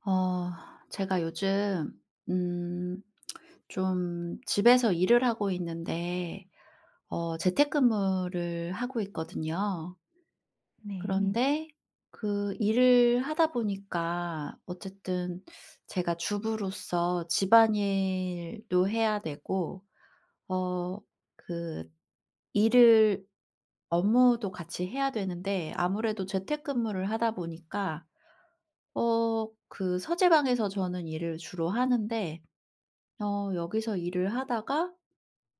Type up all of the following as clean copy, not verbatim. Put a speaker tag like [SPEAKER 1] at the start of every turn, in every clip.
[SPEAKER 1] 어 제가 요즘 음 좀 집에서 일을 하고 있는데 재택근무를 하고 있거든요.
[SPEAKER 2] 네.
[SPEAKER 1] 그런데 그 일을 하다 보니까 어쨌든 제가 주부로서 집안일도 해야 되고 어 그 일을 업무도 같이 해야 되는데, 아무래도 재택근무를 하다 보니까 그 서재방에서 저는 일을 주로 하는데, 여기서 일을 하다가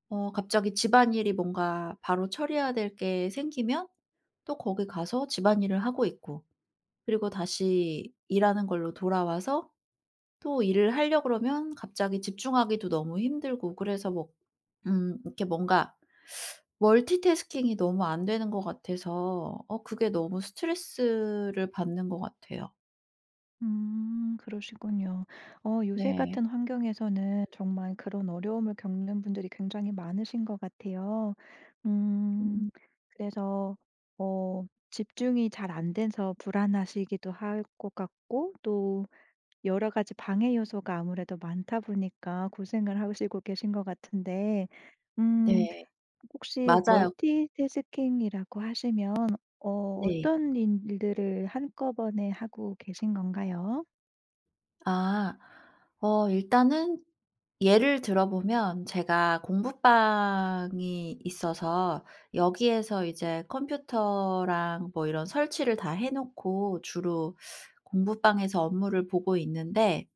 [SPEAKER 1] 갑자기 집안일이 뭔가 바로 처리해야 될 게 생기면 또 거기 가서 집안일을 하고 있고, 그리고 다시 일하는 걸로 돌아와서 또 일을 하려 그러면 갑자기 집중하기도 너무 힘들고, 그래서 뭐 이렇게 뭔가 멀티태스킹이 너무 안 되는 것 같아서 그게 너무 스트레스를 받는 것 같아요.
[SPEAKER 2] 그러시군요. 요새
[SPEAKER 1] 네.
[SPEAKER 2] 같은 환경에서는 정말 그런 어려움을 겪는 분들이 굉장히 많으신 것 같아요. 음
[SPEAKER 1] 음.
[SPEAKER 2] 그래서 집중이 잘 안 돼서 불안하시기도 할 것 같고 또 여러 가지 방해 요소가 아무래도 많다 보니까 고생을 하시고 계신 것 같은데 음
[SPEAKER 1] 네.
[SPEAKER 2] 혹시
[SPEAKER 1] 맞아요.
[SPEAKER 2] 멀티태스킹이라고 하시면 어
[SPEAKER 1] 네.
[SPEAKER 2] 어떤 일들을 한꺼번에 하고 계신 건가요?
[SPEAKER 1] 아. 일단은 예를 들어 보면, 제가 공부방이 있어서 여기에서 이제 컴퓨터랑 뭐 이런 설치를 다 해 놓고 주로 공부방에서 업무를 보고 있는데,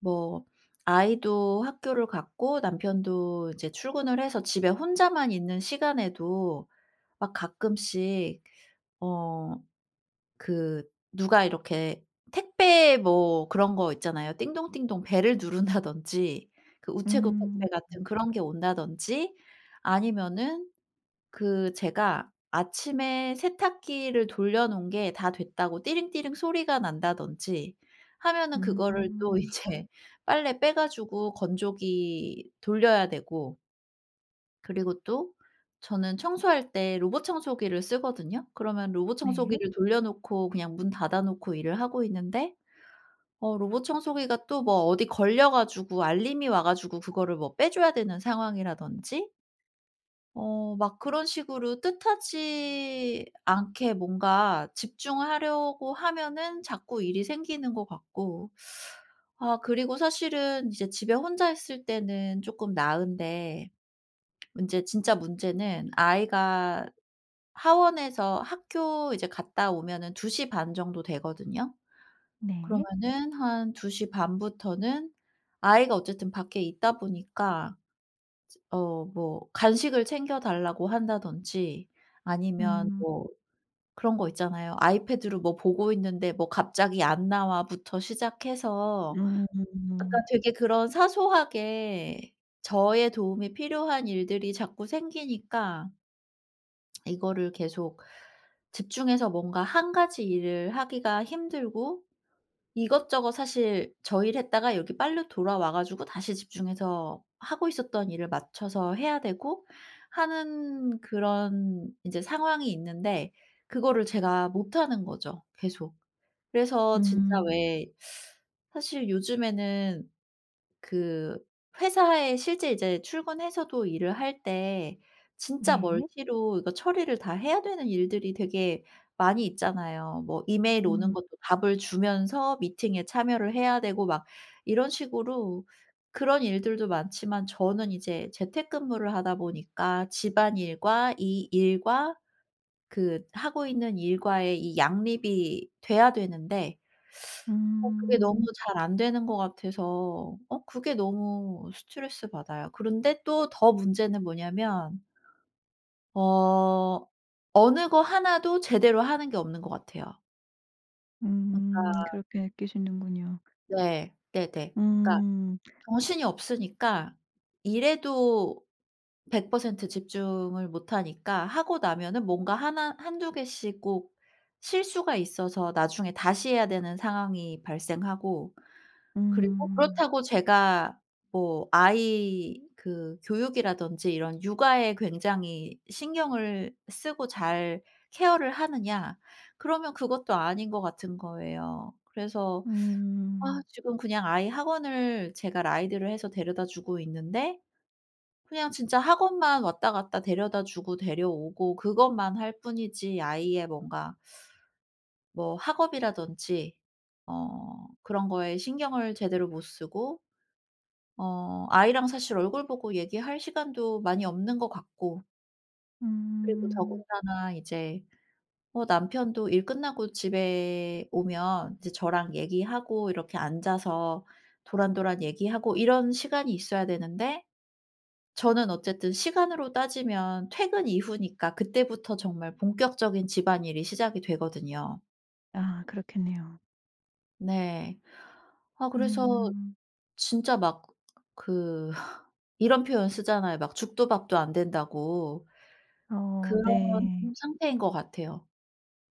[SPEAKER 1] 뭐 아이도 학교를 갔고 남편도 이제 출근을 해서 집에 혼자만 있는 시간에도 막 가끔씩 어 그 누가 이렇게 택배 뭐 그런 거 있잖아요. 띵동띵동 벨을 누른다든지, 그 우체국
[SPEAKER 2] 음.
[SPEAKER 1] 택배
[SPEAKER 2] 네.
[SPEAKER 1] 같은 그런 게 온다든지, 아니면은 그 제가 아침에 세탁기를 돌려 놓은 게 다 됐다고 띠링띠링 소리가 난다든지 하면은, 그거를 또
[SPEAKER 2] 음.
[SPEAKER 1] 이제 빨래 빼 가지고 건조기 돌려야 되고. 그리고 또 저는 청소할 때 로봇 청소기를 쓰거든요. 그러면 로봇
[SPEAKER 2] 네.
[SPEAKER 1] 청소기를 돌려 놓고 그냥 문 닫아 놓고 일을 하고 있는데, 로봇 청소기가 또 뭐 어디 걸려 가지고 알림이 와 가지고 그거를 뭐 빼 줘야 되는 상황이라든지, 막 그런 식으로 뜻하지 않게 뭔가 집중하려고 하면은 자꾸 일이 생기는 것 같고. 아, 그리고 사실은 이제 집에 혼자 있을 때는 쪼끔 나은데, 문제 진짜 문제는 아이가 하원에서 학교 이제 갔다 오면은 2시 반 정도 되거든요.
[SPEAKER 2] 네.
[SPEAKER 1] 그러면은 한2시 반 부터는 아이가 어쨌든 밖에 있다 보니까 뭐 간식을 챙겨 달라고 한다든지, 아니면
[SPEAKER 2] 음.
[SPEAKER 1] 뭐 그런 거 있잖아요. 아이패드로 뭐 보고 있는데 뭐 "갑자기 안 나와."부터 시작해서
[SPEAKER 2] 음.
[SPEAKER 1] 약간 되게 그런 사소하게 저의 도움이 필요한 일들이 자꾸 생기니까 이거를 계속 집중해서 뭔가 한 가지 일을 하기가 힘들고, 이것저것 사실 저일 했다가 여기 빨리 돌아와 가지고 다시 집중해서 하고 있었던 일을 맞춰서 해야 되고 하는 그런 이제 상황이 있는데 그거를 제가 못하는 거죠, 계속. 그래서 진짜
[SPEAKER 2] 음.
[SPEAKER 1] 왜, 사실 요즘에는 그 회사에 실제 이제 출근해서도 일을 할 때 진짜
[SPEAKER 2] 네.
[SPEAKER 1] 멀티로 이거 처리를 다 해야 되는 일들이 되게 많이 있잖아요. 뭐 이메일 오는
[SPEAKER 2] 음.
[SPEAKER 1] 것도 답을 주면서 미팅에 참여를 해야 되고 막 이런 식으로 그런 일들도 많지만, 저는 이제 재택근무를 하다 보니까 집안일과 이 일과 그 하고 있는 일과의 이 양립이 돼야 되는데 그게 너무
[SPEAKER 2] 음.
[SPEAKER 1] 잘 안 되는 것 같아서 그게 너무 스트레스 받아요. 그런데 또 더 문제는 뭐냐면, 어 어느 거 하나도 제대로 하는 게 없는 것 같아요.
[SPEAKER 2] 음.
[SPEAKER 1] 그러니까,
[SPEAKER 2] 그렇게 느끼시는군요.
[SPEAKER 1] 네. 네네. 그러니까
[SPEAKER 2] 음.
[SPEAKER 1] 정신이 없으니까 일에도 100% 집중을 못 하니까 하고 나면은 뭔가 하나 한두 개씩 꼭 실수가 있어서 나중에 다시 해야 되는 상황이 발생하고, 그리고
[SPEAKER 2] 음.
[SPEAKER 1] 그렇다고 제가 뭐 아이 그 교육이라든지 이런 육아에 굉장히 신경을 쓰고 잘 케어를 하느냐 그러면 그것도 아닌 것 같은 거예요. 그래서 아,
[SPEAKER 2] 음.
[SPEAKER 1] 지금 그냥 아이 학원을 제가 라이드를 해서 데려다 주고 있는데, 그냥 진짜 학원만 왔다 갔다 데려다 주고 데려오고 그것만 할 뿐이지 아이의 뭔가 뭐 학업이라든지 그런 거에 신경을 제대로 못 쓰고 아이랑 사실 얼굴 보고 얘기할 시간도 많이 없는 것 같고. 그리고
[SPEAKER 2] 음.
[SPEAKER 1] 더군다나 이제 남편도 일 끝나고 집에 오면 이제 저랑 얘기하고 이렇게 앉아서 도란도란 얘기하고 이런 시간이 있어야 되는데, 저는 어쨌든 시간으로 따지면 퇴근 이후니까 그때부터 정말 본격적인 집안일이 시작이 되거든요.
[SPEAKER 2] 아 그렇겠네요.
[SPEAKER 1] 네. 아 그래서
[SPEAKER 2] 음.
[SPEAKER 1] 진짜 막 그 이런 표현 쓰잖아요. 막 죽도 밥도 안 된다고.
[SPEAKER 2] 어
[SPEAKER 1] 그런
[SPEAKER 2] 네.
[SPEAKER 1] 상태인 것 같아요.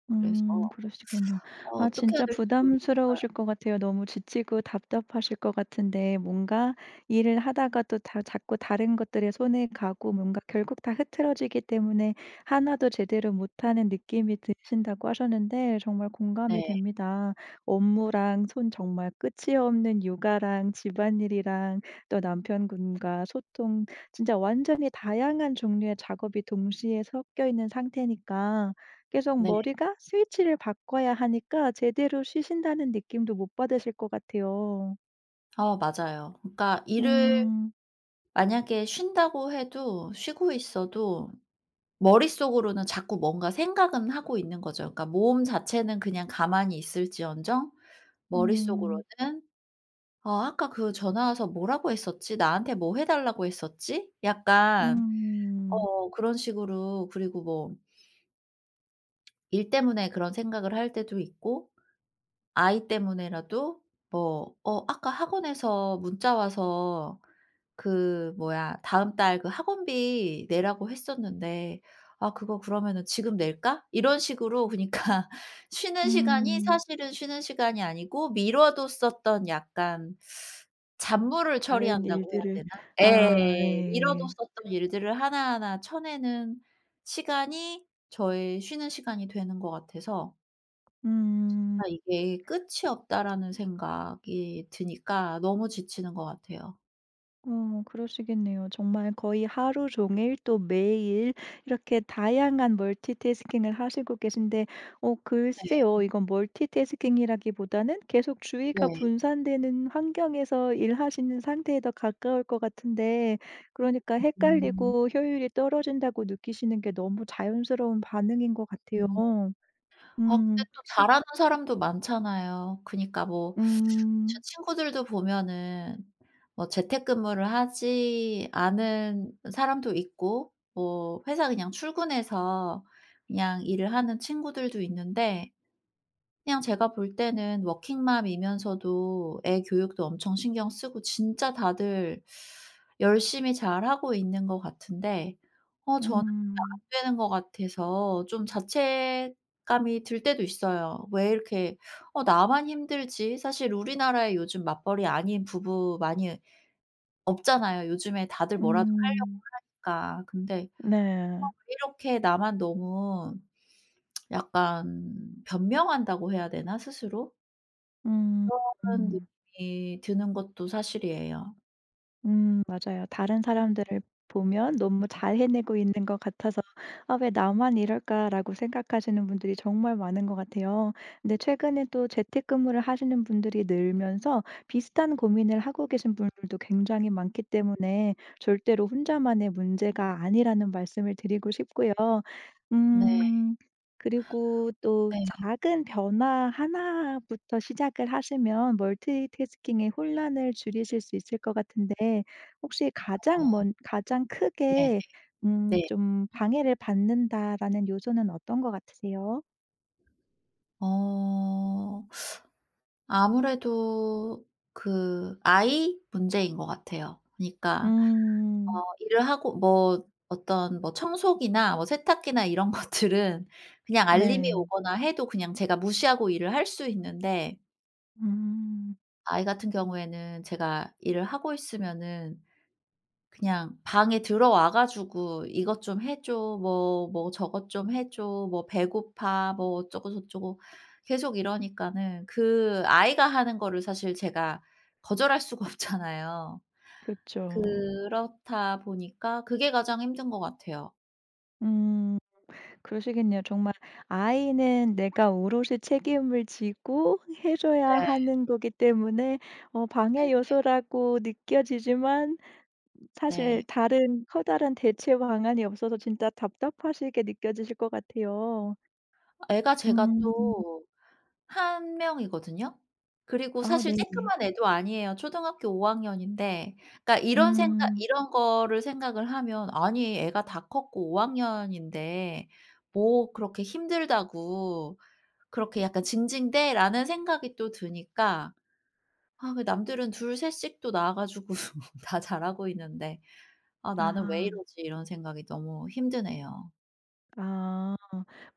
[SPEAKER 1] 그래서
[SPEAKER 2] 그러시군요.
[SPEAKER 1] 어
[SPEAKER 2] 아
[SPEAKER 1] 어떻게 해야
[SPEAKER 2] 진짜
[SPEAKER 1] 될지 모르겠
[SPEAKER 2] 부담스러우실 것 같아요. 너무 지치고 답답하실 것 같은데 뭔가 일을 하다가 또 다 자꾸 다른 것들에 손에 가고 뭔가 결국 다 흐트러지기 때문에 하나도 제대로 못하는 느낌이 드신다고 하셨는데 정말 공감이
[SPEAKER 1] 네.
[SPEAKER 2] 됩니다. 업무랑 손 정말 끝이 없는 육아랑 집안일이랑 또 남편분과 소통 진짜 완전히 다양한 종류의 작업이 동시에 섞여 있는 상태니까 계속
[SPEAKER 1] 네.
[SPEAKER 2] 머리가 스위치를 바꿔야 하니까 제대로 쉬신다는 느낌도 못 받으실 것 같아요.
[SPEAKER 1] 아 맞아요. 그러니까 일을
[SPEAKER 2] 음.
[SPEAKER 1] 만약에 쉰다고 해도, 쉬고 있어도 머릿속으로는 자꾸 뭔가 생각은 하고 있는 거죠. 그러니까 몸 자체는 그냥 가만히 있을지언정
[SPEAKER 2] 음.
[SPEAKER 1] 머릿속으로는 '아 아까 그 전화 와서 뭐라고 했었지? 나한테 뭐 해 달라고 했었지?' 약간
[SPEAKER 2] 음.
[SPEAKER 1] 그런 식으로. 그리고 뭐 일 때문에 그런 생각을 할 때도 있고, 아이 때문에라도 뭐 "어 아까 학원에서 문자 와서 그 뭐야 다음 달 그 학원비 내라고 했었는데, 아 그거 그러면은 지금 낼까?" 이런 식으로. 그니까 러 쉬는 시간이,
[SPEAKER 2] 음.
[SPEAKER 1] 사실은 쉬는 시간이 아니고 미뤄뒀었던 약간 잡무를
[SPEAKER 2] 다른
[SPEAKER 1] 처리한다고 해야
[SPEAKER 2] 일들을
[SPEAKER 1] 되나?
[SPEAKER 2] 아
[SPEAKER 1] 예.
[SPEAKER 2] 네.
[SPEAKER 1] 미뤄뒀었던 일들을 하나하나 쳐내는 시간이 저의 쉬는 시간이 되는 것 같아서
[SPEAKER 2] 음.
[SPEAKER 1] '진짜 이게 끝이 없다.'라는 생각이 드니까 너무 지치는 것 같아요.
[SPEAKER 2] 그러시겠네요. 정말 거의 하루 종일 또 매일 이렇게 다양한 멀티태스킹을 하시고 계신데
[SPEAKER 1] 네.
[SPEAKER 2] 글쎄요. 이건 멀티태스킹이라기보다는 계속 주의가
[SPEAKER 1] 네.
[SPEAKER 2] 분산되는 환경에서 일하시는 상태에 더 가까울 것 같은데 그러니까
[SPEAKER 1] 음.
[SPEAKER 2] 헷갈리고 효율이 떨어진다고 느끼시는 게 너무 자연스러운 반응인 것 같아요.
[SPEAKER 1] 음. 아 근데
[SPEAKER 2] 음.
[SPEAKER 1] 또
[SPEAKER 2] 혹
[SPEAKER 1] 잘하는 사람도 많잖아요. 그니까 뭐 제
[SPEAKER 2] 음.
[SPEAKER 1] 친구들도 보면은 뭐 재택근무를 하지 않은 사람도 있고 뭐 회사 그냥 출근해서 그냥 일을 하는 친구들도 있는데, 그냥 제가 볼 때는 워킹맘이면서도 애 교육도 엄청 신경 쓰고 진짜 다들 열심히 잘하고 있는 것 같은데 저는 안
[SPEAKER 2] 음.
[SPEAKER 1] 되는 것 같아서 좀 자책감이 들 때도 있어요. '왜 이렇게 나만 힘들지?' 사실 우리나라에 요즘 맞벌이 아닌 부부 많이 없잖아요. 요즘에 다들 뭐라도 하려고
[SPEAKER 2] 음.
[SPEAKER 1] 하니까. 근데
[SPEAKER 2] 네.
[SPEAKER 1] 이렇게 나만 너무 약간 변명한다고 해야 되나, 스스로?
[SPEAKER 2] 음.
[SPEAKER 1] 그런
[SPEAKER 2] 음.
[SPEAKER 1] 느낌이 드는 것도 사실이에요.
[SPEAKER 2] 맞아요. 다른 사람들을 보면 너무 잘 해내고 있는 것 같아서 '아 왜 나만 이럴까.'라고 생각하시는 분들이 정말 많은 것 같아요. 근데 최근에 또 재택근무를 하시는 분들이 늘면서 비슷한 고민을 하고 계신 분들도 굉장히 많기 때문에 절대로 혼자만의 문제가 아니라는 말씀을 드리고 싶고요.
[SPEAKER 1] 네.
[SPEAKER 2] 음. 그리고 또
[SPEAKER 1] 네.
[SPEAKER 2] 작은 변화 하나부터 시작을 하시면 멀티태스킹의 혼란을 줄이실 수 있을 것 같은데 혹시 가장
[SPEAKER 1] 네. 네.
[SPEAKER 2] 크게
[SPEAKER 1] 네.
[SPEAKER 2] 좀 '방해를 받는다.'라는 요소는 어떤 것 같으세요?
[SPEAKER 1] 어 아무래도 그 아이 문제인 것 같아요. 그니까
[SPEAKER 2] 음.
[SPEAKER 1] 일을 하고 뭐 어떤 뭐 청소기나 뭐 세탁기나 이런 것들은 그냥 알림이
[SPEAKER 2] 네.
[SPEAKER 1] 오거나 해도 그냥 제가 무시하고 일을 할 수 있는데,
[SPEAKER 2] 음.
[SPEAKER 1] 아이 같은 경우에는 제가 일을 하고 있으면은 그냥 방에 들어와 가지고 "이것 좀 해 줘." 뭐 뭐 "저것 좀 해 줘." 뭐 "배고파." 뭐 어쩌고 저쩌고 계속 이러니까는, 그 아이가 하는 거를 사실 제가 거절할 수가 없잖아요.
[SPEAKER 2] 그렇
[SPEAKER 1] 그렇다 보니까 그게 가장 힘든 것 같아요.
[SPEAKER 2] 음. 그러시겠네요. 정말 아이는 내가 오롯이 책임을 지고 해 줘야
[SPEAKER 1] 네.
[SPEAKER 2] 하는 거기 때문에 방해 요소라고 느껴지지만
[SPEAKER 1] 네네.
[SPEAKER 2] 사실 다른 커다란 대체 방안이 없어서 진짜 답답하시게 느껴지실 것 같아요.
[SPEAKER 1] 애가 제가 또
[SPEAKER 2] 음.
[SPEAKER 1] 한 명이거든요. 그리고
[SPEAKER 2] 아
[SPEAKER 1] 사실
[SPEAKER 2] 네.
[SPEAKER 1] 쬐끄만 애도 아니에요. 초등학교 5 학년인데, 그러니까 이런 생각
[SPEAKER 2] 음.
[SPEAKER 1] 이런 거를 생각을 하면 '아니 애가 다 컸고 5 학년인데 뭐 그렇게 힘들다고 그렇게 약간 징징대?'라는 생각이 또 드니까, 아 왜 남들은 둘, 셋 씩 또 낳아 가지고 다 잘하고 있는데 '아 나는 왜
[SPEAKER 2] 아.
[SPEAKER 1] 이러지?' 이런 생각이 너무 힘드네요.
[SPEAKER 2] 아.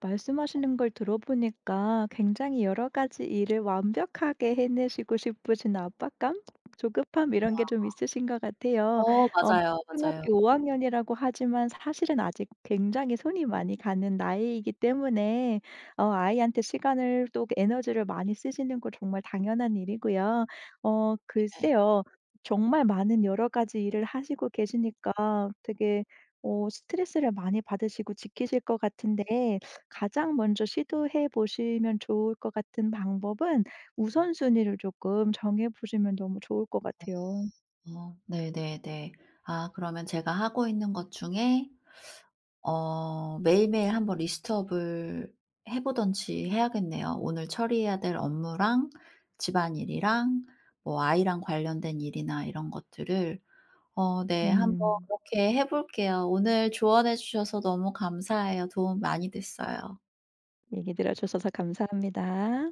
[SPEAKER 2] 말씀하시는 걸 들어보니까 굉장히 여러 가지 일을 완벽하게 해내시고 싶으신 압박감, 조급함 이런 게 좀 있으신 것 같아요. 어
[SPEAKER 1] 맞아요, 맞아요.
[SPEAKER 2] 초등학교 5학년 학년이라고 하지만 사실은 아직 굉장히 손이 많이 가는 나이이기 때문에 아이한테 시간을 또 에너지를 많이 쓰시는 거 정말 당연한 일이고요. 글쎄요. 정말 많은 여러 가지 일을 하시고 계시니까 되게 스트레스를 많이 받으시고 지키실 것 같은데 가장 먼저 시도해 보시면 좋을 것 같은 방법은 우선순위를 조금 정해 보시면 너무 좋을 것 같아요.
[SPEAKER 1] 네네네. 아 그러면 제가 하고 있는 것 중에 매일매일 한번 리스트업을 해 보든지 해야겠네요. 오늘 처리해야 될 업무랑 집안일이랑 뭐 아이랑 관련된 일이나 이런 것들을. 어네 한번
[SPEAKER 2] 음.
[SPEAKER 1] 그렇게 해 볼게요. 오늘 조언해 주셔서 너무 감사해요. 도움 많이 됐어요.
[SPEAKER 2] 얘기 들어 주셔서 감사합니다.